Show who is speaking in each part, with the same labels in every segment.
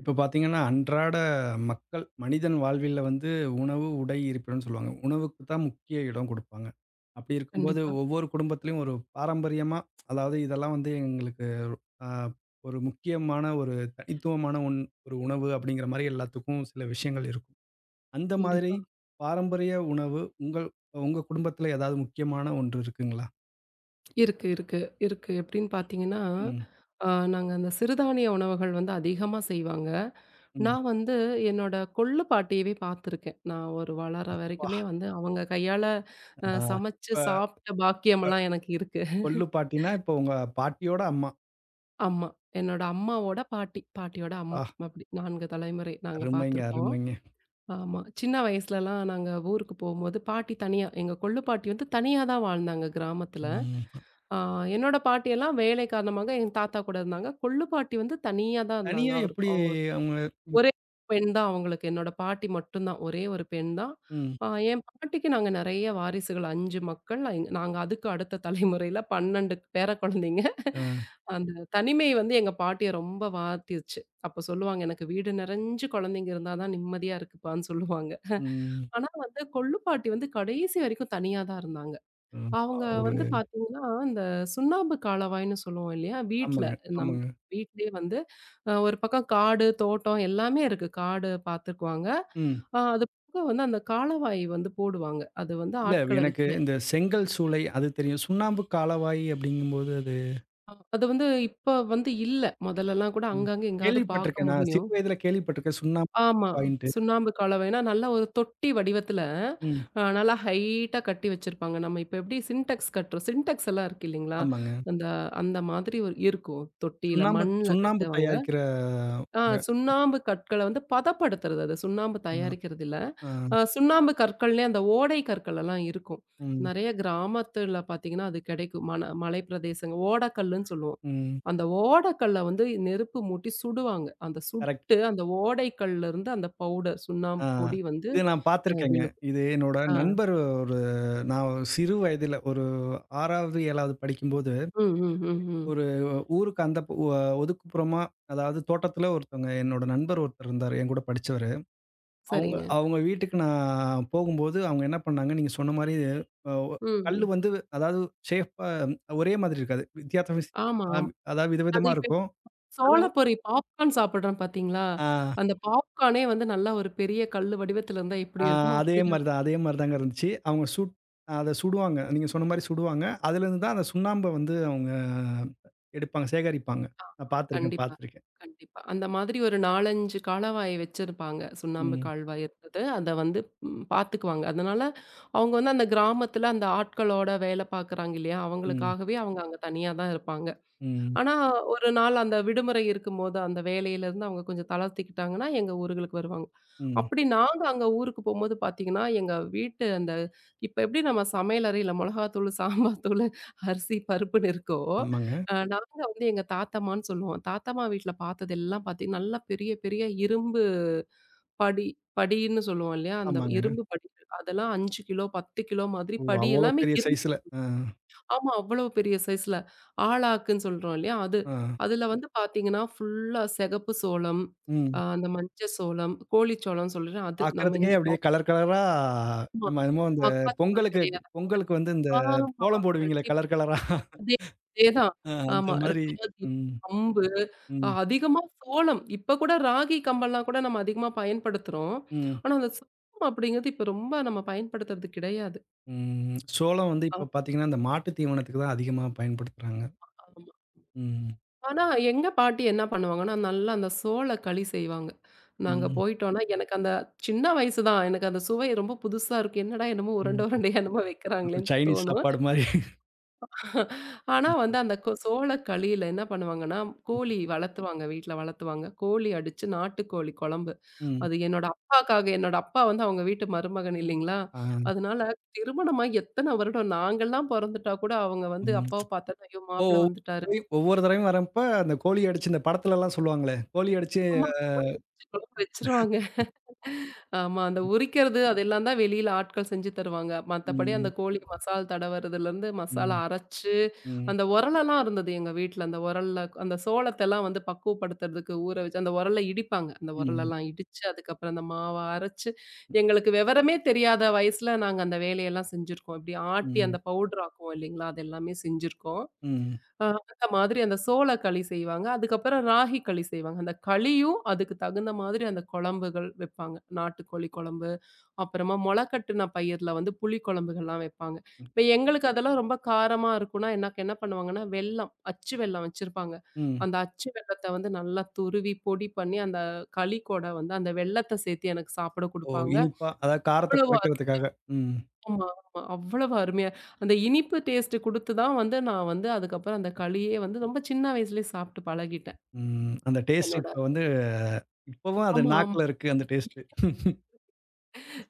Speaker 1: இப்ப பார்த்தீங்கன்னா, அன்றாட மக்கள் மனிதன் வாழ்வில வந்து உணவு, உடை, இருப்பிடம்னு சொல்லுவாங்க. உணவுக்கு தான் முக்கிய இடம் குடுப்பாங்க. அப்படி இருக்கும்போது
Speaker 2: கண்டிப்பா,
Speaker 1: ஒவ்வொரு குடும்பத்திலயும் ஒரு பாரம்பரியமா அதாவது இதெல்லாம் வந்து எங்களுக்கு அ ஒரு முக்கியமான ஒரு தனித்துவமான ஒரு உணவு அப்படிங்கிற மாரி எல்லாத்துக்கும் சில விஷயங்கள் இருக்கும். அந்த மாதிரி
Speaker 2: கண்டிப்பா.
Speaker 1: பாரம்பரிய உணவு உங்க குடும்பத்தில ஏதாவது முக்கியமான ஒன்று இருக்குங்களா?
Speaker 2: இருக்கு, இருக்கு, இருக்கு. எப்படின்னு பார்த்தீங்கன்னா,
Speaker 1: ம்,
Speaker 2: அ நாங்க அந்த சிறுதானிய உணவுகள் வந்து அதிகமா செய்வாங்க.
Speaker 1: ம்.
Speaker 2: நான் வந்து என்னோட கொள்ளு பாட்டியவே பார்த்துருக்கேன். நான் ஒரு வளர
Speaker 1: அப்பா!
Speaker 2: வரைக்குமே வந்து அவங்க கையால
Speaker 1: ஆ.
Speaker 2: சமைச்சு
Speaker 1: இப்ப
Speaker 2: சாப்பிட்ட
Speaker 1: இப்ப
Speaker 2: பாக்கியமெல்லாம் எனக்கு இருக்கு.
Speaker 1: கொள்ளு பாட்டின்னா, இப்ப உங்க பாட்டியோட அம்மா.
Speaker 2: ஆமா. என்னோட அம்மாவோட பாட்டி, பாட்டியோட அம்மா.
Speaker 1: ஆ
Speaker 2: அப்படி 4 தலைமுறை நாங்க
Speaker 1: அருமைங்க,
Speaker 2: பார்த்துருக்கோம்.
Speaker 1: அருமைங்க.
Speaker 2: ஆமா. சின்ன வயசுலலாம் நாங்க ஊருக்கு போம்போது, பாட்டி தனியா எங்க கொள்ளு பாட்டி வந்து தனியா தான் வாழ்ந்தாங்க கிராமத்துல.
Speaker 1: ம்.
Speaker 2: ஆ என்னோட பாட்டியெல்லாம் வேலை காரணமாக எங்க தாத்தா கூட இருந்தாங்க. கொள்ளு பாட்டி வந்து தனியா தான் இருந்தாங்க.
Speaker 1: தனியா
Speaker 2: அவருக்கு
Speaker 1: எப்படி அவங்க?
Speaker 2: ஒரே பெண் தான் அவங்களுக்கு. என்னோட பாட்டி மட்டும் தான். ஒரே ஒரு பெண் தான்.
Speaker 1: ம்.
Speaker 2: என் பாட்டிக்கு நாங்க நெறைய வாரிசுகள் 5 மக்கள். நாங்க அதுக்கு அடுத்த தலைமுறையில 12 பேர குழந்தைங்க.
Speaker 1: அ,
Speaker 2: அந்த தனிமை வந்து எங்க பாட்டிய ரொம்ப வாட்டிருச்சு. அப்ப சொல்லுவாங்க, "எனக்கு வீடு நெறஞ்சு குழந்தைங்க இருந்தா தான் நிம்மதியா இருக்குப்பான்னு" சொல்லுவாங்க.
Speaker 1: ம்.
Speaker 2: ஆனா வந்து கொள்ளு பாட்டி வந்து கடைசி வரைக்கும் தனியா தான் இருந்தாங்க.
Speaker 1: ம்.
Speaker 2: அவங்க
Speaker 1: ஒரு
Speaker 2: வந்து பார்த்தீங்கன்னா, இந்த சுண்ணாம்பு காலவாய்ன்னு சொல்லுவோம் இல்லையா? வீட்ல
Speaker 1: ஆமாங்க,
Speaker 2: நம்
Speaker 1: ஆமாங்க.
Speaker 2: வீட்லயே வந்து ஒரு பக்கம் காடு, தோட்டம் எல்லாமே இருக்கு. காடு பார்த்துக்குவாங்க.
Speaker 1: ம்.
Speaker 2: அது போக வந்து அந்த காலவாய் வந்து போடுவாங்க. அது வந்து
Speaker 1: இல்ல,
Speaker 2: ஆட்கள
Speaker 1: எனக்கு
Speaker 2: வச்சு
Speaker 1: இந்த செங்கல் சூளை அது தெரியும். சுண்ணாம்பு காலவாய் அப்படிங்கும்போது அது
Speaker 2: அது வந்து இப்ப வந்து இல்ல. முதல்லலாம் கூட
Speaker 1: ம்.
Speaker 2: அங்கங்க எங்கேயாவது பார்க்க
Speaker 1: கேள்விப்பட்டுருக்கேன். நான் சிறு
Speaker 2: முடியும்.
Speaker 1: வயதில கேள்விப்பட்டுருக்கேன். சுண்ணாம்பு
Speaker 2: ஆமா.
Speaker 1: காலவாய்ன்ட்டு.
Speaker 2: சுண்ணாம்பு கலவை. ஏன்னா, நல்ல ஒரு தொட்டி வடிவத்துல,
Speaker 1: ம்.
Speaker 2: நல்லா ஹைட்டா கட்டி வச்சிருப்பாங்க. நம்ம இப்ப எப்படி சின்டெக்ஸ் கட்டுறோம். சின்டெக்ஸ் எல்லாம் இருக்கு இல்லைங்களா?
Speaker 1: ஆமாங்க.
Speaker 2: அந்த அந்த மாதிரி ஒரு இருக்கும். தொட்டியில
Speaker 1: சுண்ணாம்பு
Speaker 2: மண்ல
Speaker 1: சுண்ணாம்பு
Speaker 2: கட்டுவாங்க.
Speaker 1: தயாரிக்கிற அ,
Speaker 2: ஆ சுண்ணாம்பு கற்கள வந்து பதப்படுத்துறது அது. சுண்ணாம்பு தயாரிக்கிறது இல்ல.
Speaker 1: அ,
Speaker 2: சுண்ணாம்பு கற்கள்லே அந்த ஓடை கற்கள் எல்லாம் இருக்கும்.
Speaker 1: ம்,
Speaker 2: நெறைய கிராமத்துல பார்த்தீங்கன்னா, அது கிடைக்கும். மன மலை பிரதேசங்க ஓடக்கல்லுன்னு சொல்லுவோம்.
Speaker 1: ம்.
Speaker 2: அந்த ஓடக்கல்ல வந்து நெருப்பு மூட்டி சுடுவாங்க. அந்த
Speaker 1: கரெக்ட்.
Speaker 2: சுட்டு அந்த ஓடைக்கல்லிருந்து அந்த பவுடர்
Speaker 1: ஆ.
Speaker 2: சுண்ணாம்பு பொடி வந்து
Speaker 1: இது நான் பார்த்துருக்கேங்க.
Speaker 2: விழுகும்.
Speaker 1: இது என்னோட
Speaker 2: ஆ.
Speaker 1: நண்பர் ஒரு, நான் சிறு வயதில ஒரு 6வது, 7வது படிக்கும்போது
Speaker 2: ம், ம், ம், ம்.
Speaker 1: ஒரு ஊருக்கு அந்த ப ஒ ஒதுக்குப்புறமா, அதாவது தோட்டத்துல ஒருத்தவங்க என்னோட நண்பர் ஒருத்தர் இருந்தாரு. என் கூட படிச்சவரு. அவங்க
Speaker 2: சரிங்க.
Speaker 1: அவங்க வீட்டுக்கு நான் போகும்போது, அவங்க என்ன பண்ணாங்க, நீங்க சொன்ன மாரி அ ஒ
Speaker 2: ம்,
Speaker 1: கல்லு
Speaker 2: ம்.
Speaker 1: வந்து அதாவது ஷேப்பா ஒரே மாதிரி இருக்காது. வித்தியாசம்
Speaker 2: ஆமா, ஆமா.
Speaker 1: அதாவது
Speaker 2: அது
Speaker 1: விதவிதமா
Speaker 2: இப்ப
Speaker 1: இருக்கும். அத வ
Speaker 2: சோளப்பொரி பாப்கார்ன் சாப்பிடுறோம் பார்த்தீங்களா?
Speaker 1: ஆ,
Speaker 2: அந்த பாப்கார்னே வந்து நல்லா ஒரு பெரிய கல்லு வடிவத்துல இருந்தா
Speaker 1: ஆ,
Speaker 2: எப்படி இருக்குமோ,
Speaker 1: அதே
Speaker 2: அப்படி
Speaker 1: மாரி தான். அதே மாரி தாங்க இருந்துச்சு. அவங்க அத சுடுவாங்க. நீங்க சொன்ன மாரி சுடுவாங்க. அதுலேருந்து தான் அந்த சுண்ணாம்ப வந்து அவங்க எடுப்பாங்க, சேகரிப்பாங்க. நான் பார்த்துருக்கேன்,
Speaker 2: கண்டிப்பா,
Speaker 1: பார்த்துருக்கேன்.
Speaker 2: கண்டிப்பா. அந்த மாதிரி ஒரு 4, 5 காலவாய் வச்சிருப்பாங்க. சுண்ணாம்பு
Speaker 1: ம்,
Speaker 2: கால்வாய் இருந்தது. அத வந்து பார்த்துக்குவாங்க. அதனால அவங்க வந்து அந்த கிராமத்துல அந்த ஆட்களோட வேல பார்க்குறாங்க இல்லையா?
Speaker 1: ம்,
Speaker 2: அவங்களுக்காகவே அவங்க அங்க தனியா தான் இருப்பாங்க.
Speaker 1: ம்,
Speaker 2: ஆனா, ஒரு நாள் அந்த விடுமுறை இருக்கும்போது, அந்த வேலையிலருந்து அவங்க கொஞ்சம் தளர்த்திக்கிட்டாங்கன்னா, எங்க ஊர்களுக்கு வருவாங்க.
Speaker 1: ம்.
Speaker 2: அப்படி நாங்க அங்க ஊருக்கு போம்போது பார்த்தீங்கன்னா, எங்க வீட்டு இப்ப எப்படி நம்ம சமையலறையில மொளகாத்தூளு, சாம்பார் தூளு, அரிசி, பருப்புன்னு இருக்கோ,
Speaker 1: ஆமாங்க,
Speaker 2: நாங்க வந்து எங்க தாத்தம்மான்னு சொல்லுவோம். தாத்தம்மா வீட்ல பார்த்ததெல்லாம் பார்த்தீங்கன்னா, நல்லா பெரிய பெரிய இரும்பு படி படின்னு சொல்லுவோம் இல்லையா? அந்த
Speaker 1: ஆமாங்க.
Speaker 2: இரும்பு படிகள் அதெல்லாம் 5 கிலோ, 10 கிலோ மாதிரி
Speaker 1: ஓ!
Speaker 2: படி
Speaker 1: அவ்வளோ
Speaker 2: எல்லாமே
Speaker 1: பெரிய சைஸ்ல. ஆ,
Speaker 2: ஆமா. அவ்வளோ பெரிய சைஸ்ல. ஆலாக்குன்னு சொல்றோம் இல்லையா? அது.
Speaker 1: ஆ.
Speaker 2: அதுல வந்து பார்த்தீங்கன்னா, ஃபுல்லா சிகப்பு சோளம்,
Speaker 1: ம்.
Speaker 2: அந்த மஞ்ச சோளம், கோழிச்சோளம்னு சொல்றேன் அது. நம்ம
Speaker 1: பார்க்கறதுக்கே
Speaker 2: இந்த
Speaker 1: அப்படியே கலர் கலரா.
Speaker 2: ஆமா.
Speaker 1: நம்ம என்னமோ அந்த
Speaker 2: மக்காச்சோளம்
Speaker 1: பொங்கலுக்கு
Speaker 2: கிடையாது.
Speaker 1: பொங்கலுக்கு வந்து இந்த
Speaker 2: ஆமா.
Speaker 1: கோலம் போடுவீங்களே
Speaker 2: கண்டிப்பா.
Speaker 1: கலர் கலரா.
Speaker 2: அதே அதேதான்.
Speaker 1: ஆ, அந்த
Speaker 2: ஆமா.
Speaker 1: மாதிரி.
Speaker 2: ராகி,
Speaker 1: ம்,
Speaker 2: கம்பு
Speaker 1: ம்,
Speaker 2: அதிகமா சோளம். இப்ப கூட ராகி, கம்பெல்லாம் கூட நம்ம அதிகமா பயன்படுத்துறோம்.
Speaker 1: ம்,
Speaker 2: ஆனா, அந்த சோளம் அப்படிங்கிறது இப்ப ரொம்ப நம்ம பயன்படுத்துறது கிடையாது.
Speaker 1: ம். சோளம் வந்து
Speaker 2: ஆ
Speaker 1: இப்ப பார்த்தீங்கன்னா, இந்த மாட்டு தீவனத்துக்கு தான் அதிகமா பயன்படுத்துறாங்க.
Speaker 2: ஆமா.
Speaker 1: ம்,
Speaker 2: ஆனா, எங்க பாட்டி என்ன பண்ணுவாங்கன்னா, நல்லா அந்த சோள களி செய்வாங்க. நாங்க
Speaker 1: ம்,
Speaker 2: போயிட்டோம்னா, எனக்கு அந்த சின்ன வயசு தான். எனக்கு அந்த சுவை ரொம்ப புதுசா இருக்கும். என்னடா என்னமோ
Speaker 1: ம்.
Speaker 2: உருண்ட உருண்டையா என்னமோ
Speaker 1: என்னமோ
Speaker 2: வைக்கிறாங்களேன்னு
Speaker 1: சைனீஸ்
Speaker 2: தோணும்.
Speaker 1: சாப்பாடு மாரி.
Speaker 2: ஆனா
Speaker 1: ம்,
Speaker 2: வந்து அந்த சோள களியில என்ன பண்ணுவாங்கன்னா,
Speaker 1: ம்.
Speaker 2: கோழி வளர்த்துவாங்க, வீட்ல வளர்த்துவாங்க. கோழி அடிச்சு நாட்டுக்கோழி குழம்பு.
Speaker 1: ம்.
Speaker 2: அது என்னோட அப்பாக்காக என்னோட அப்பா வந்து அவங்க வீட்டு மருமகன் இல்லைங்களா?
Speaker 1: ஆ,
Speaker 2: அதனால திருமணமாகி எத்தன வருடம் நாங்கலாம் பொறந்துட்டா கூட அவங்க வந்து
Speaker 1: ம்.
Speaker 2: அப்பாவ பார்த்தோன்னே, "ஐயோ!
Speaker 1: ஓ!
Speaker 2: மாப்பிள
Speaker 1: ஒவ்வொரு
Speaker 2: வந்துட்டாரு."
Speaker 1: தடவையும் ஒவ்வொரு தடவையும் வரப்ப அந்த கோழி அடிச்சு இந்த படத்துலலாம் சொல்லுவாங்களே, கோழி அடிச்சு
Speaker 2: ஆமா, கோழி அடிச்சு குழம்பு வச்சுருவாங்க. ஆமா. அந்த உரிக்கிறது அதெல்லாம் தான் வெளியில ஆட்கள் செஞ்சு தருவாங்க. மத்தபடி அந்த
Speaker 1: ம்,
Speaker 2: கோழி மசால் தடவுறதுலருந்து, மசாலா
Speaker 1: ம்.
Speaker 2: அரைச்சு,
Speaker 1: ம்.
Speaker 2: அந்த உரலெல்லாம் இருந்தது எங்க வீட்ல. அந்த உரல்ல அந்த சோளத்தெல்லாம் வந்து பக்குவப்படுத்துறதுக்கு ஊற வச்சு அந்த உரல்ல இடிப்பாங்க. அந்த
Speaker 1: ம்.
Speaker 2: உரலெல்லாம் இடிச்சு, அதுக்கப்புறம் அந்த மாவ அரைச்சு, எங்களுக்கு விவரமே தெரியாத வயசுல நாங்க அந்த வேலையெல்லாம் செஞ்சிருக்கோம். இப்படி ஆட்டி
Speaker 1: ம்.
Speaker 2: அந்த பவுடர் ஆக்குவோம் இல்லைங்களா? அது எல்லாமே செஞ்சிருக்கோம்.
Speaker 1: ம்.
Speaker 2: அ அந்த மாதிரி அந்த சோள களி செய்வாங்க. அதுக்கப்புறம் ராகி களி செய்வாங்க. அந்த களியும் அதுக்கு தகுந்த மாதிரி அந்த குழம்புகள் வைப்பாங்க. நாட்டுக்கோழி குழம்பு, அப்புறமா மொள கட்டுன பயிர்ல வந்து புளி குழம்புகள்லாம் வைப்பாங்க. இப்ப எங்களுக்கு அதெல்லாம் ரொம்ப காரமா இருக்கும்னா, எனக்கு என்ன பண்ணுவாங்கன்னா, வெல்லம், அச்சு வெல்லம் வச்சிருப்பாங்க.
Speaker 1: ம்.
Speaker 2: அந்த அச்சு வெல்லத்த வந்து நல்லா துருவி பொடி பண்ணி, அந்த களி கூட வந்து அந்த வெல்லத்த சேர்த்து எனக்கு சாப்பிட
Speaker 1: ஓ!
Speaker 2: குடுப்பாங்க.
Speaker 1: இனிப்பா, அதாவது காரத்த
Speaker 2: அவ்வளவு
Speaker 1: குறைக்கிறதுக்காக. ம்.
Speaker 2: ஆமா, ஆமா. அவ்வளவு அருமையா அந்த இனிப்பு டேஸ்ட் குடுத்து தான் வந்து நான் வந்து அதுக்கப்புறம் அந்த களியே வந்து ரொம்ப சின்ன வயசுலயே சாப்பிட்டு பழகிட்டேன்.
Speaker 1: ம். அந்த டேஸ்ட்
Speaker 2: என்னோட
Speaker 1: இப்ப வந்து இப்பவும் அது
Speaker 2: ஆமா, ஆமா.
Speaker 1: நாக்குல இருக்கு அந்த டேஸ்ட்டு.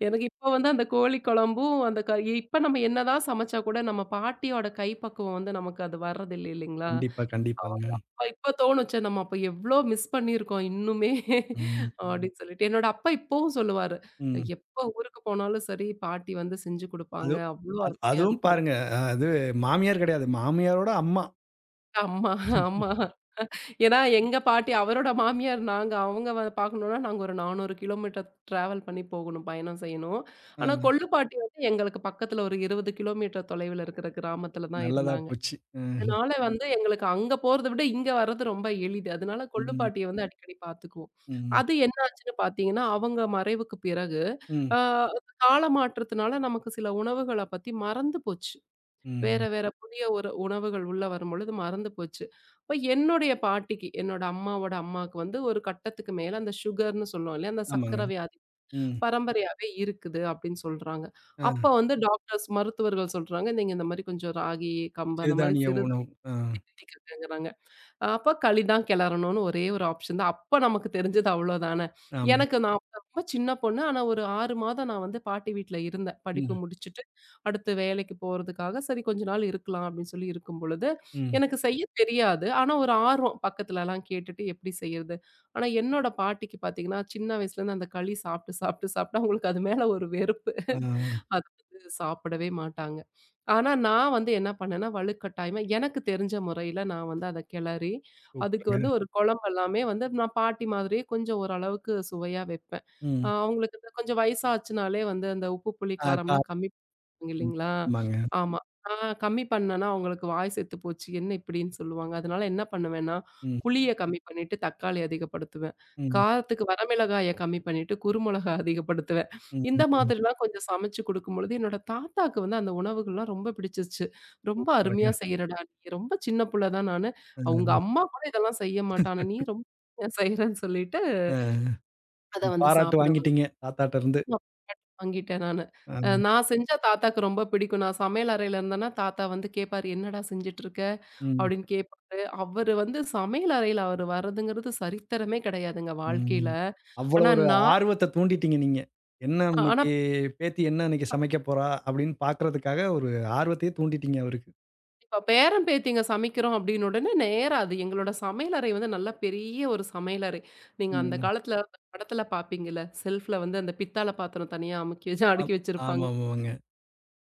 Speaker 2: எனக்கு இப்ப வந்து அந்த கோழி குழம்பும் அந்த இப்ப நம்ம என்னதான் சமைச்சா கூட நம்ம பாட்டியோட கைப்பக்குவம் வந்து நமக்கு அது வர்றதில்ல இல்லைங்களா?
Speaker 1: கண்டிப்பா,
Speaker 2: அவங்க
Speaker 1: கண்டிப்பாங்க.
Speaker 2: அப்ப இப்ப தோணும், "ச்சே நம்ம அப்ப எவ்ளோ மிஸ் பண்ணியிருக்கோம் இன்னுமே" ம்.
Speaker 1: ம்.
Speaker 2: அப்படின்னு சொல்லிட்டு. என்னோட அப்பா இப்பவும் சொல்லுவாரு,
Speaker 1: ம்.
Speaker 2: "எப்ப ஊருக்கு போனாலும் சரி பாட்டி வந்து செஞ்சு
Speaker 1: அது
Speaker 2: குடுப்பாங்க. அவ்ளோ
Speaker 1: அது
Speaker 2: அருமையா
Speaker 1: அதுவும்
Speaker 2: இருக்கும்."
Speaker 1: பாருங்க. அது மாமியார் கிடையாது. மாமியாரோட அம்மா.
Speaker 2: ஆமா, ஆமா. ஏன்னா, எங்க பாட்டி அவரோட மாமியார் நாங்க. அவங்க வ பார்க்கணும்னா, நாங்க ஒரு 400 கிலோமீட்டர் டிராவல் பண்ணி போகணும், பயணம் செய்யணும். ஆனா,
Speaker 1: அ,
Speaker 2: கொள்ளு பாட்டி வந்து எங்களுக்கு பக்கத்துல ஒரு 20 கிலோமீட்டர் தொலைவுல இருக்கிற கிராமத்துல தான்
Speaker 1: நல்லதா
Speaker 2: இருந்தாங்க.
Speaker 1: போச்சு. ம்.
Speaker 2: அதனால ம். வந்து எங்களுக்கு அங்க போறத விட இங்க வர்றது ரொம்ப எளிது. அதனால கொள்ளு
Speaker 1: ம்.
Speaker 2: பாட்டிய வந்து அடிக்கடி பார்த்துக்குவோம்.
Speaker 1: ம்.
Speaker 2: அது என்ன ஆச்சுன்னு பார்த்தீங்கன்னா, அவங்க மறைவுக்கு பிறகு,
Speaker 1: ம்.
Speaker 2: ஆ காலமாற்றத்தினால நமக்கு சில உணவுகள பத்தி மறந்து போச்சு. வேற
Speaker 1: ம்.
Speaker 2: வேற புதிய ஒரு உணவுகள் உள்ள வரும்பொழுது மறந்து போச்சு. அப்ப என்னுடைய பாட்டிக்கு, என்னோட அம்மாவோட அம்மாக்கு வந்து ஒரு கட்டத்துக்கு மேல அந்த சுகர்ன்னு சொல்லுவோம் இல்லையா? அந்த
Speaker 1: ஆமாங்க.
Speaker 2: சர்க்கரை வியாதி
Speaker 1: ம்.
Speaker 2: பரம்பரையாவே இருக்குது அப்படின்னு சொல்றாங்க.
Speaker 1: அ,
Speaker 2: அப்ப வந்து டாக்டர்ஸ் மருத்துவர்கள் சொல்றாங்க, நீங்க இந்த மாரி கொஞ்சம் ராகி, கம்பு அந்த மாரி
Speaker 1: சிறுதானிய உணவு.
Speaker 2: சிறுதானியம்
Speaker 1: அ,
Speaker 2: எடுத்துக்கங்கங்கிறாங்க. அப்ப களி தான் கிளறணும்னு ஒரே ஒரு ஆப்ஷன் தான். அப்ப நமக்கு தெரிஞ்சது அவ்வளோதானே.
Speaker 1: ஆமா.
Speaker 2: எனக்கு நான் அப்ப ரொம்ப சின்ன பொண்ணு. ஆனா ஒரு 6 மாதம் நான் வந்து பாட்டி வீட்ல இருந்தேன். படிப்பு
Speaker 1: ம்.
Speaker 2: முடிச்சுட்டு, அடுத்து வேலைக்கு போறதுக்காக, சரி கொஞ்ச நாள் இருக்கலாம் அப்படின்னு சொல்லி இருக்கும் பொழுது,
Speaker 1: ம்.
Speaker 2: எனக்கு செய்ய தெரியாது. ஆனா ஒரு ஆர்வம் பக்கத்துலலாம் கேட்டுட்டு எப்படி செய்யறது? ஆனா என்னோட பாட்டிக்கு பார்த்தீங்கன்னா, சின்ன வயசுலேருந்து அந்த களி சாப்பிட்டு, சாப்பிட்டு, சாப்பிட்டு அவங்களுக்கு அது மேல ஒரு வெறுப்பு.
Speaker 1: ஆ,
Speaker 2: அது வந்து சாப்பிடவே மாட்டாங்க. ஆனா, நான் வந்து என்ன பண்ணேன்னா, வலுக்கட்டாயமா எனக்கு தெரிஞ்ச முறையில நான் வந்து அத கிளறி, அதுக்கு
Speaker 1: சூப்பருங்க.
Speaker 2: வந்து ஒரு குழம்பு எல்லாமே வந்து நான் பாட்டி மாதிரியே கொஞ்சம் ஓரளவுக்கு சுவையா வைப்பேன்.
Speaker 1: ம்.
Speaker 2: அவங்களுக்கு இந்த கொஞ்சம் வயசாச்சுனாலே வந்து அந்த உப்பு, புளி,
Speaker 1: ஆ கா
Speaker 2: காரம்லாம் கம்மி பண்ணுவாங்க
Speaker 1: ம்.
Speaker 2: இல்லைங்களா?
Speaker 1: ஆமாங்க.
Speaker 2: ஆமா. நான் கம்மி பண்ணேன்னா அவங்களுக்கு வாய் செத்து போச்சு. என்ன இப்படின்னு சொல்லுவாங்க. அதனால என்ன பண்ணுவேன்னா,
Speaker 1: ம்.
Speaker 2: புளிய கம்மி பண்ணிட்டு தக்காளி அதிகப்படுத்துவேன்.
Speaker 1: ம்.
Speaker 2: காரத்துக்கு வரமிளகாய கம்மி பண்ணிட்டு குறுமிளகா அதிகப்படுத்துவேன்.
Speaker 1: ம்.
Speaker 2: இந்த
Speaker 1: ம்.
Speaker 2: மாதிரிலாம் கொஞ்சம் சமைச்சு குடுக்கும்பொழுது, என்னோட தாத்தாக்கு வந்து அந்த உணவுகள்லாம் ரொம்ப பிடிச்சிருச்சு. ரொம்ப அருமையா
Speaker 1: பாருங்க.
Speaker 2: செய்றடா நீ. ரொம்ப சின்ன புள்ள தான் நானு.
Speaker 1: அ,
Speaker 2: உங்க அம்மா கூட இதெல்லாம் செய்ய மாட்டா. ஆனா நீ ரொம்ப அருமையா செய்றன்னு சொல்லிட்டு,
Speaker 1: அ.
Speaker 2: அத வந்து
Speaker 1: பாராட்டு
Speaker 2: சாப்பிடுவாங்க.
Speaker 1: வாங்கிட்டீங்க தாத்தாட்ட இருந்து.
Speaker 2: நான் வாங்கிட்டேன் நானு.
Speaker 1: அ.
Speaker 2: நான் செஞ்சா தாத்தாக்கு ரொம்ப பிடிக்கும். நான் சமையல் அறையில இருந்தேன்னா, தாத்தா வந்து கேட்பாரு, "என்னடா செஞ்சுட்டுருக்க?"
Speaker 1: ம்.
Speaker 2: அப்படின்னு கேட்பாரு. அவரு வந்து சமையல் அறையில அவரு வர்றதுங்கிறது சரித்திரமே கிடையாதுங்க
Speaker 1: ம்.
Speaker 2: வாழ்க்கையில.
Speaker 1: அவ்வளோ
Speaker 2: ஆனா
Speaker 1: ஒரு
Speaker 2: நான்
Speaker 1: ஆர்வத்த தூண்டிட்டீங்க நீங்க. என்ன
Speaker 2: ஆனா
Speaker 1: இன்னைக்கு பேத்தி என்ன இன்னைக்கு சமைக்க போறா? அப்படின்னு பார்க்கறதுக்காக ஒரு ஆர்வத்தையே தூண்டிட்டீங்க அவருக்கு.
Speaker 2: இப்ப பேரன் பேத்திங்க சமைக்கிறோம் அப்படின்னு உடனே நேரா அது எங்களோட சமையலறை வந்து நல்ல பெரிய ஒரு சமையலறை. நீங்க அந்த
Speaker 1: ம்.
Speaker 2: காலத்துல அந்த படத்துல பார்ப்பீங்கல்ல, செல்ஃப்ல வந்து அந்த பித்தள பாத்திரம் தனியா அமுக்கி வச்சு
Speaker 1: ஆம்.
Speaker 2: அடுக்கி வச்சிருப்பாங்க.
Speaker 1: ஆமாமாங்க.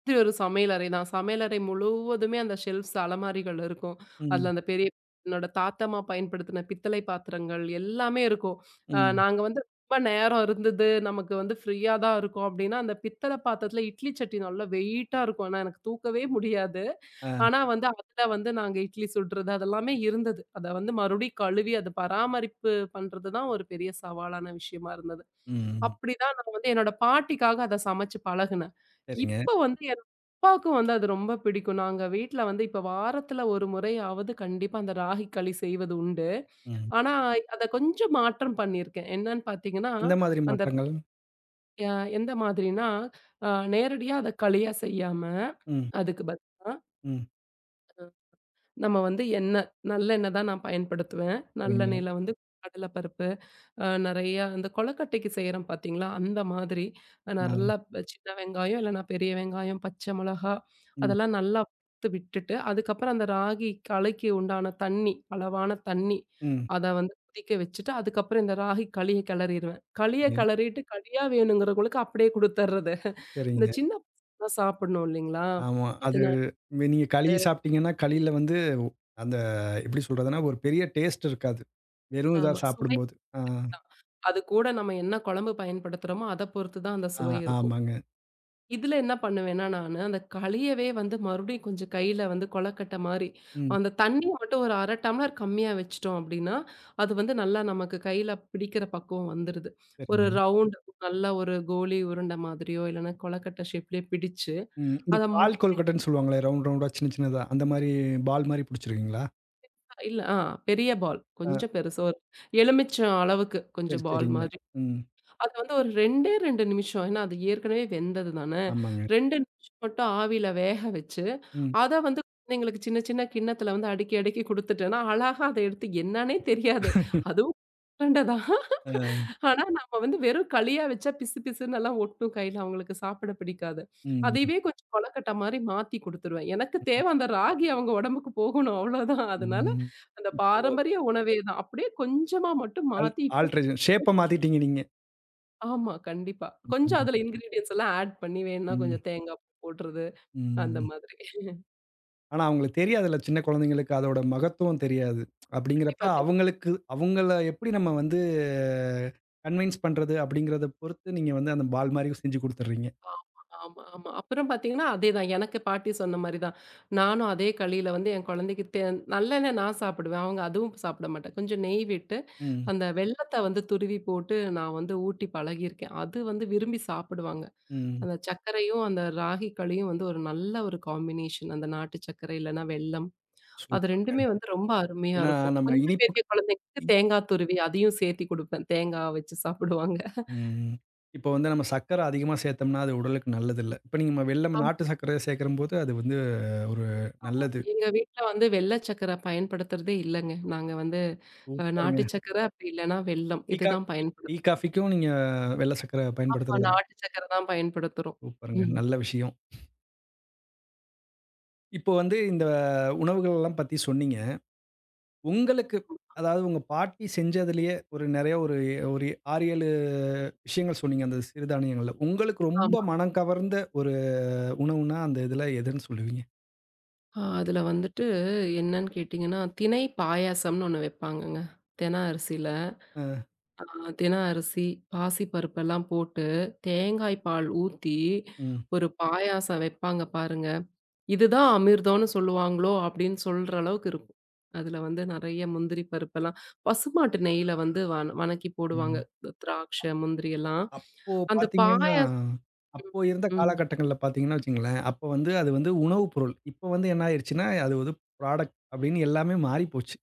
Speaker 2: இது ஒரு சமையலறை தான். சமையலறை முழுவதுமே அந்த ஷெல்ஃப்ஸ் அலமாரிகள் இருக்கும்.
Speaker 1: ம்.
Speaker 2: அதுல அந்த பெரிய என்னோட தாத்தம்மா பயன்படுத்தின பித்தளை பாத்திரங்கள் எல்லாமே இருக்கும்.
Speaker 1: ம்.
Speaker 2: நாங்க வந்து ரொம்ப நேரம் இருந்தது, நமக்கு வந்து ஃப்ரீயா தான் இருக்கும் அப்படின்னா, அந்த பித்தள பாத்திரத்துல இட்லி சட்டி நல்லா வெயிட்டா இருக்கும். ஆனா எனக்கு தூக்கவே முடியாது.
Speaker 1: ஆ.
Speaker 2: ஆனா வந்து அதுல வந்து நாங்க இட்லி சுடுறது அதெல்லாமே இருந்தது. அத வந்து மறுபடியும் கழுவி அத பராமரிப்பு பண்றது தான் ஒரு பெரிய சவாலான விஷயமா இருந்தது.
Speaker 1: ம்.
Speaker 2: அப்படிதான் நான் வந்து என்னோட பாட்டிக்காக அத சமைச்சு பழகுனேன்.
Speaker 1: சரிங்க.
Speaker 2: இப்ப வந்து என் அப்பாவுக்கும் வந்து அது ரொம்ப பிடிக்கும். நாங்க வீட்ல வந்து இப்ப வாரத்துல ஒரு முறையாவது கண்டிப்பா அந்த ராகி களி செய்வது உண்டு.
Speaker 1: ம்.
Speaker 2: ஆனா அத கொஞ்சம் மாற்றம் பண்ணியிருக்கேன். என்னன்னு பார்த்தீங்கன்னா,
Speaker 1: எந்த மாதிரி
Speaker 2: அந்த
Speaker 1: மாற்றங்கள்?
Speaker 2: அ எந்த மாதிரின்னா, அ நேரடியா அத களியா செய்யாம,
Speaker 1: ம்.
Speaker 2: அதுக்கு பதிலா
Speaker 1: ம்.
Speaker 2: நம்ம வந்து எண்ணெய், நல்லெண்ணெய் தான் நான் பயன்படுத்துவேன்.
Speaker 1: சரிங்க.
Speaker 2: நல்லெண்ணெயில வந்து கடல பருப்பு, நெறைய அந்த கொழுக்கட்டைக்கு செய்றோம் பார்த்தீங்களா? அந்த மாதிரி நல்லா
Speaker 1: ஆ.
Speaker 2: சின்ன வெங்காயம் இல்லன்னா பெரிய வெங்காயம், பச்சை மிளகா
Speaker 1: ம்.
Speaker 2: அதெல்லாம் நல்லா வறுத்து விட்டுட்டு, அதுக்கப்புறம் அந்த ராகி கலைக்கு உண்டான தண்ணி, அளவான தண்ணி
Speaker 1: ம்.
Speaker 2: அத வந்து கொதிக்க வச்சுட்டு, அதுக்கப்புறம் இந்த ராகி களிய கிளறிருவேன். களிய
Speaker 1: சரிங்க.
Speaker 2: கிளறிட்டு களியா வேணுங்கிறவங்களுக்கு அப்படியே குடுத்துர்றது. இந்த
Speaker 1: சரிங்க.
Speaker 2: சின்ன பசங்கலாம் சாப்பிடணும் இல்லைங்களா?
Speaker 1: ஆமா. அது
Speaker 2: அதனால
Speaker 1: மே- நீங்க களி சாப்பிட்டீங்கன்னா, களியில வந்து அந்த எப்படி சொல்றதுன்னா, ஒரு பெரிய டேஸ்ட் இருக்காது. வெறும் இதா
Speaker 2: ஆமா, சுவை
Speaker 1: சாப்பிடும்போது. ஆ,
Speaker 2: தான். அது கூட நம்ம என்ன குழம்பு பயன்படுத்துறோமோ, அத பொறுத்து தான் அந்த
Speaker 1: ஆ,
Speaker 2: சுவை இருக்கும்.
Speaker 1: ஆமாங்க.
Speaker 2: இதுல என்ன பண்ணுவேன்னா, நானு அந்த களியவே வந்து மறுபடியும் கொஞ்சம் கையில வந்து கொழக்கட்ட மாரி,
Speaker 1: ம்.
Speaker 2: அந்த தண்ணிய மட்டும் ஒரு 1/2 டம்ளர் கம்மியா வச்சுட்டோம் அப்டின்னா, அது வந்து நல்லா நமக்கு கையில பிடிக்கிற பக்குவம் வந்துருது. ஒரு
Speaker 1: சரிங்க.
Speaker 2: ரவுண்ட் நல்ல ஒரு கோலி உருண்ட மாதிரியோ, இல்லன்னா கொழக்கட்ட ஷேப்லயே பிடிச்சு,
Speaker 1: ம். இந்த
Speaker 2: அத
Speaker 1: பால்
Speaker 2: முடியா
Speaker 1: கொழுக்கட்டைன்னு சொல்லுவாங்களே, ரவுண்ட் ரவுண்டா சின்ன சின்னதா, அந்த மாரி பால் மாரி புடிச்சிருக்கீங்களா?
Speaker 2: இல்ல, பெரிய பால்
Speaker 1: ஆ.
Speaker 2: கொஞ்சம் பெருசா ஒரு எலுமிச்சம் அளவுக்கு
Speaker 1: சரி,
Speaker 2: கொஞ்சம் பால்
Speaker 1: சரிங்க.
Speaker 2: மாரி
Speaker 1: ம்.
Speaker 2: அது வந்து ஒரு 2, 2 நிமிஷம். ஏன்னா அது ஏற்கனவே வெந்தது தான.
Speaker 1: ஆமாங்க.
Speaker 2: 2 நிமிஷம் மட்டும் ஆவியில வேக வச்சு,
Speaker 1: ம்.
Speaker 2: அத வந்து குழந்தைங்களுக்கு சின்ன சின்ன கிண்ணத்துல வந்து அடுக்கி அடுக்கி குடுத்துட்டேன்னா, அழகா அத எடுத்து என்னான்னே தெரியாது. அதுவும் உருண்ட தான்.
Speaker 1: ஆ.
Speaker 2: ஆனா நம்ம வந்து வெறும் களியா வச்சா பிசு பிசுன்னு எல்லாம் ஒட்டும் கையில. அவங்களுக்கு சாப்பிட பிடிக்காது.
Speaker 1: ம்.
Speaker 2: அதையவே கொஞ்சம் கொழக்கட்ட மாரி மாத்தி குடுத்துருவேன். எனக்கு தேவ அந்த ராகி அவங்க உடம்புக்கு போகணும் அவ்வளோதான். அதனால
Speaker 1: ம்.
Speaker 2: அந்த
Speaker 1: இப்போ
Speaker 2: பாரம்பரிய உணவே தான். அப்படியே கொஞ்சமா மட்டும்
Speaker 1: ஆல்
Speaker 2: மாத்தி
Speaker 1: ஆல்ட்ரேஷன் ஷேப்ப மாத்திட்டீங்க நீங்க.
Speaker 2: ஆமா, கண்டிப்பா. கொஞ்சம்
Speaker 1: ம்.
Speaker 2: அதுல இன்கிரீடியன்ட்ஸ் எல்லாம் ஆட் பண்ணி வேணும்னா
Speaker 1: ம்.
Speaker 2: கொஞ்சம் தேங்காய் பூ போடுறது, அந்த
Speaker 1: ம்.
Speaker 2: மாதிரி.
Speaker 1: ஆனா அவங்களுக்கு தெரியாதுல்ல, சின்ன குழந்தைங்களுக்கு அதோட மகத்துவம் தெரியாது. அப்படிங்கிறப்ப
Speaker 2: கண்டிப்பா தெரியும்.
Speaker 1: அவங்களுக்கு அவங்கள எப்படி நம்ம வந்து கன்வின்ஸ் பண்றது அப்படிங்கிறத பொறுத்து நீங்க வந்து அந்த பால் மாரி செஞ்சு குடுத்துடுறீங்க.
Speaker 2: ஆமா, ஆமா, ஆமா. அப்புறம் பார்த்தீங்கன்னா, அதேதான் எனக்கு பாட்டி சொன்ன மாரி தான். நானும் அதே களியில வந்து என் குழந்தைக்கு நல்லெண்ணெய் நான் சாப்பிடுவேன். அவங்க அதுவும் சாப்பிட மாட்டா. கொஞ்சம் நெய் விட்டு,
Speaker 1: ம்,
Speaker 2: அந்த வெல்லத்த வந்து துருவி போட்டு நான் வந்து ஊட்டி பழகியிருக்கேன். அது வந்து விரும்பி சாப்பிடுவாங்க.
Speaker 1: ம்.
Speaker 2: அந்த சர்க்கரையும், அந்த ராகி களியும் வந்து ஒரு நல்ல ஒரு காம்பினேஷன். அந்த நாட்டு சர்க்கரை இல்லன்னா வெல்லம். அது
Speaker 1: சூப்பர்ங்க.
Speaker 2: 2மே வந்து ரொம்ப அருமையா
Speaker 1: ஏன்னா
Speaker 2: இருக்கும்.
Speaker 1: நம்ம
Speaker 2: கொஞ்சம்
Speaker 1: இனிப்புக்கு
Speaker 2: பெரிய குழந்தைங்களுக்கு தேங்காய் துருவி அதையும் சேர்த்தி குடுப்பேன். தேங்காய் வச்சு சாப்பிடுவாங்க.
Speaker 1: ம். இப்போ வந்து நம்ம சர்க்கரை அதிகமா சேர்த்தோம்னா, அது உடலுக்கு நல்லதில்ல. இப்ப நீங்க நம்ம வெல்லம்
Speaker 2: ஆமா.
Speaker 1: நாட்டு சர்க்கரைய சேர்க்கிறம்போது அது வந்து ஒரு நல்லது.
Speaker 2: எங்க வீட்ல வந்து வெள்ள சக்கர பயன்படுத்துறதே இல்லங்க. நாங்க வந்து
Speaker 1: சூப்பருங்க.
Speaker 2: நாட்டு சக்கர அப்படி இல்லன்னா வெல்லம்.
Speaker 1: டீ, கா
Speaker 2: இதுதான்
Speaker 1: டீ
Speaker 2: பயன்படுத்துறோம்.
Speaker 1: காஃபிக்கும் நீங்க வெள்ள சர்க்கரை
Speaker 2: ஆமா,
Speaker 1: பயன்படுத்துறதில்ல.
Speaker 2: நாட்டு சக்கர தான் பயன்படுத்துறோம்.
Speaker 1: சூப்பருங்க.
Speaker 2: ம்.
Speaker 1: நல்ல விஷயம். இப்போ வந்து இந்த உணவுகள் எல்லாம் பத்தி சொன்னீங்க. உங்களுக்கு அதாவது உங்க பாட்டி செஞ்சதுலயே ஒரு நெறைய ஒரு ஒரு 6, 7 விஷயங்கள் சொன்னீங்க அந்த சிறுதானியங்கள்ல. உங்களுக்கு ரொம்ப
Speaker 2: ஆமா.
Speaker 1: மனம் கவர்ந்த ஒரு உணவுனா அந்த இதுல எதுன்னு சொல்லுவீங்க?
Speaker 2: அதுல வந்துட்டு என்னன்னு கேட்டீங்கன்னா, திணை பாயாசம்னு ஒண்ணு வைப்பாங்கங்க. தென அரிசியில.
Speaker 1: அ,
Speaker 2: தின அரிசி, பாசி பருப்பெல்லாம் போட்டு, தேங்காய் பால் ஊத்தி
Speaker 1: ம்.
Speaker 2: ஒரு பாயாசம் வைப்பாங்க பாருங்க. இதுதான் அமிர்தம்னு சொல்லுவாங்களோ அப்படின்னு சொல்ற அளவுக்கு இருக்கும். அதுல வந்து நெறைய முந்திரி பருப்பெல்லாம் பசுமாட்டு நெய்யில வந்து வன வணக்கி போடுவாங்க.
Speaker 1: ம்.
Speaker 2: இந்த திராட்சை, முந்திரி எல்லாம்.
Speaker 1: அப்போ
Speaker 2: அந்த
Speaker 1: பார்த்தீங்கன்னா,
Speaker 2: பாயாசம்
Speaker 1: அப்போ இருந்த
Speaker 2: ம்.
Speaker 1: காலகட்டங்கள்ல பார்த்தீங்கன்னு வச்சுக்கங்களேன், அப்போ வந்து அது வந்து உணவு பொருள். இப்போ வந்து என்ன ஆயிருச்சுன்னா, அது ஒரு ப்ராடக்ட் அப்படின்னு எல்லாமே மாறி போச்சு.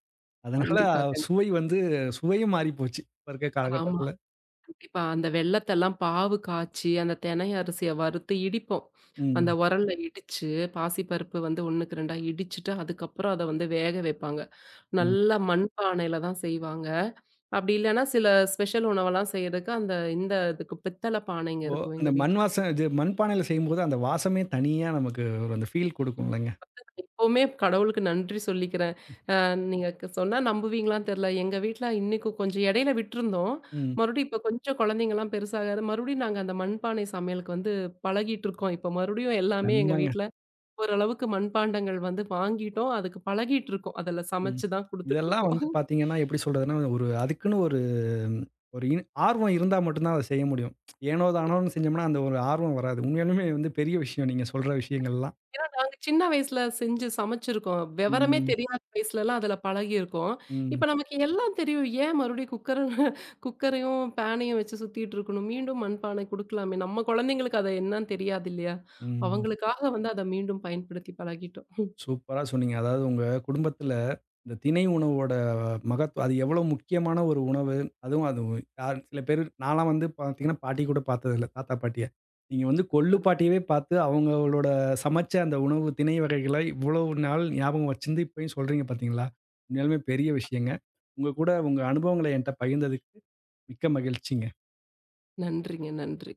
Speaker 1: அதனால
Speaker 2: கண்டிப்பா, கண்டிப்பா.
Speaker 1: சுவை வந்து சுவையும் மாறி போச்சு. இப்ப இருக்க
Speaker 2: ஆமா.
Speaker 1: காலகட்டத்துல.
Speaker 2: கண்டிப்பா. அந்த வெல்லத்தெல்லாம் பாவு காய்ச்சி, அந்த தெனை அரிசிய வறுத்து இடிப்போம். அந்த உரல்ல இடிச்சு, பாசிப்பருப்பு வந்து 1க்கு 2ஆ இடிச்சுட்டு, அதுக்கப்புறம் அத வந்து வேக வைப்பாங்க.
Speaker 1: ம்.
Speaker 2: நல்லா மண்பானையில தான் செய்வாங்க. அப்படி இல்லன்னா, சில ஸ்பெஷல் உணவெல்லாம் செய்றதுக்கு அந்த இந்த இதுக்கு பித்தள பானைங்க
Speaker 1: இப்போ
Speaker 2: இருக்கும்
Speaker 1: அந்த
Speaker 2: எங்க
Speaker 1: மண்
Speaker 2: வீட்ல.
Speaker 1: வாசம் இது மண் பானையில செய்யும்போது, அந்த வாசமே தனியா நமக்கு ஒரு அந்த ஃபீல் குடுக்கும்லங்க.
Speaker 2: எப்பவுமே கடவுளுக்கு நன்றி சொல்லிக்கிற நீங்க சொன்னா நம்புவீங்களான்னு தெரியல. எங்க வீட்ல இன்னைக்கு கொஞ்சம் இடையில விட்டுருந்தோம்.
Speaker 1: ம்.
Speaker 2: மறுபடியும் இப்ப கொஞ்சம் குழந்தைங்கலாம் பெருசாக மறுபடியும் நாங்க அந்த மண்பானை சமையலுக்கு வந்து பழகிட்டுருக்கோம். இப்ப மறுபடியும் எல்லாமே எங்க
Speaker 1: செம்மங்க.
Speaker 2: வீட்ல ஓரளவுக்கு மண்பாண்டங்கள் வந்து வாங்கிட்டோம். அதுக்கு பழகிட்டுருக்கோம். அதுல
Speaker 1: ம்.
Speaker 2: சமைச்சு தான்
Speaker 1: இதெல்லாம் வந்து
Speaker 2: குடுத்துட்டுருக்கோம்.
Speaker 1: பாத்தீங்கன்னா, எப்படி சொல்றதுன்னா, ஒரு அதுக்குன்னு ஒரு ஒரு இன் ஆர்வம் இருந்தா மட்டும் தான் அத செய்ய முடியும். ஏனோ தானோன்னு செஞ்சோம்னா, அந்த ஒரு ஆர்வம் வராது. உண்மையாலுமே வந்து பெரிய விஷயம் நீங்க சொல்ற விஷயங்கள்லாம்.
Speaker 2: சின்ன வயசுல செஞ்சு சமைச்சிருக்கோம். விவரமே
Speaker 1: ம்.
Speaker 2: தெரியாத வயசுலலாம் அதில பழகியிருக்கோம்.
Speaker 1: ம்.
Speaker 2: இப்ப நமக்கு எல்லாம் தெரியும். ஏன் மறுபடியும் குக்கரையும், பேனையும் வச்சு சுத்திட்டு இருக்கணும்? மீண்டும் மண்பானை குடுக்கலாமே! நம்ம குழந்தைங்களுக்கு அது என்னன்னு தெரியாது இல்லயா!
Speaker 1: ம்.
Speaker 2: அவங்களுக்காக வந்து அத மீண்டும் பயன்படுத்தி பழகிட்டோம்.
Speaker 1: சூப்பரா சொன்னீங்க. அதாவது உங்க குடும்பத்துல இந்த திணை உணவோட மகத்துவம் அது எவ்வளோ முக்கியமான ஒரு உணவு. அதுவும் அது யார் சில பேர் நான்லாம் வந்து பார்த்தீங்கன்னா, பாட்டி கூட பார்த்ததில்ல. தாத்தா, பாட்டிய. நீங்க வந்து கொள்ளு
Speaker 2: அதுதான்.
Speaker 1: பாட்டியவே பார்த்து அவங்களோட சமைச்ச அந்த உணவு திணை வகைகள இவ்வளவு நாள் ஞாபகம் வச்சிருந்து இப்பயும் சொல்றீங்க பார்த்தீங்களா? உண்மையாலுமே பெரிய விஷயங்க. உங்க கூட உங்க அனுபவங்கள என்ட்ட பகிர்ந்ததுக்கு மிக்க மகிழ்ச்சிங்க.
Speaker 2: நன்றிங்க, நன்றி.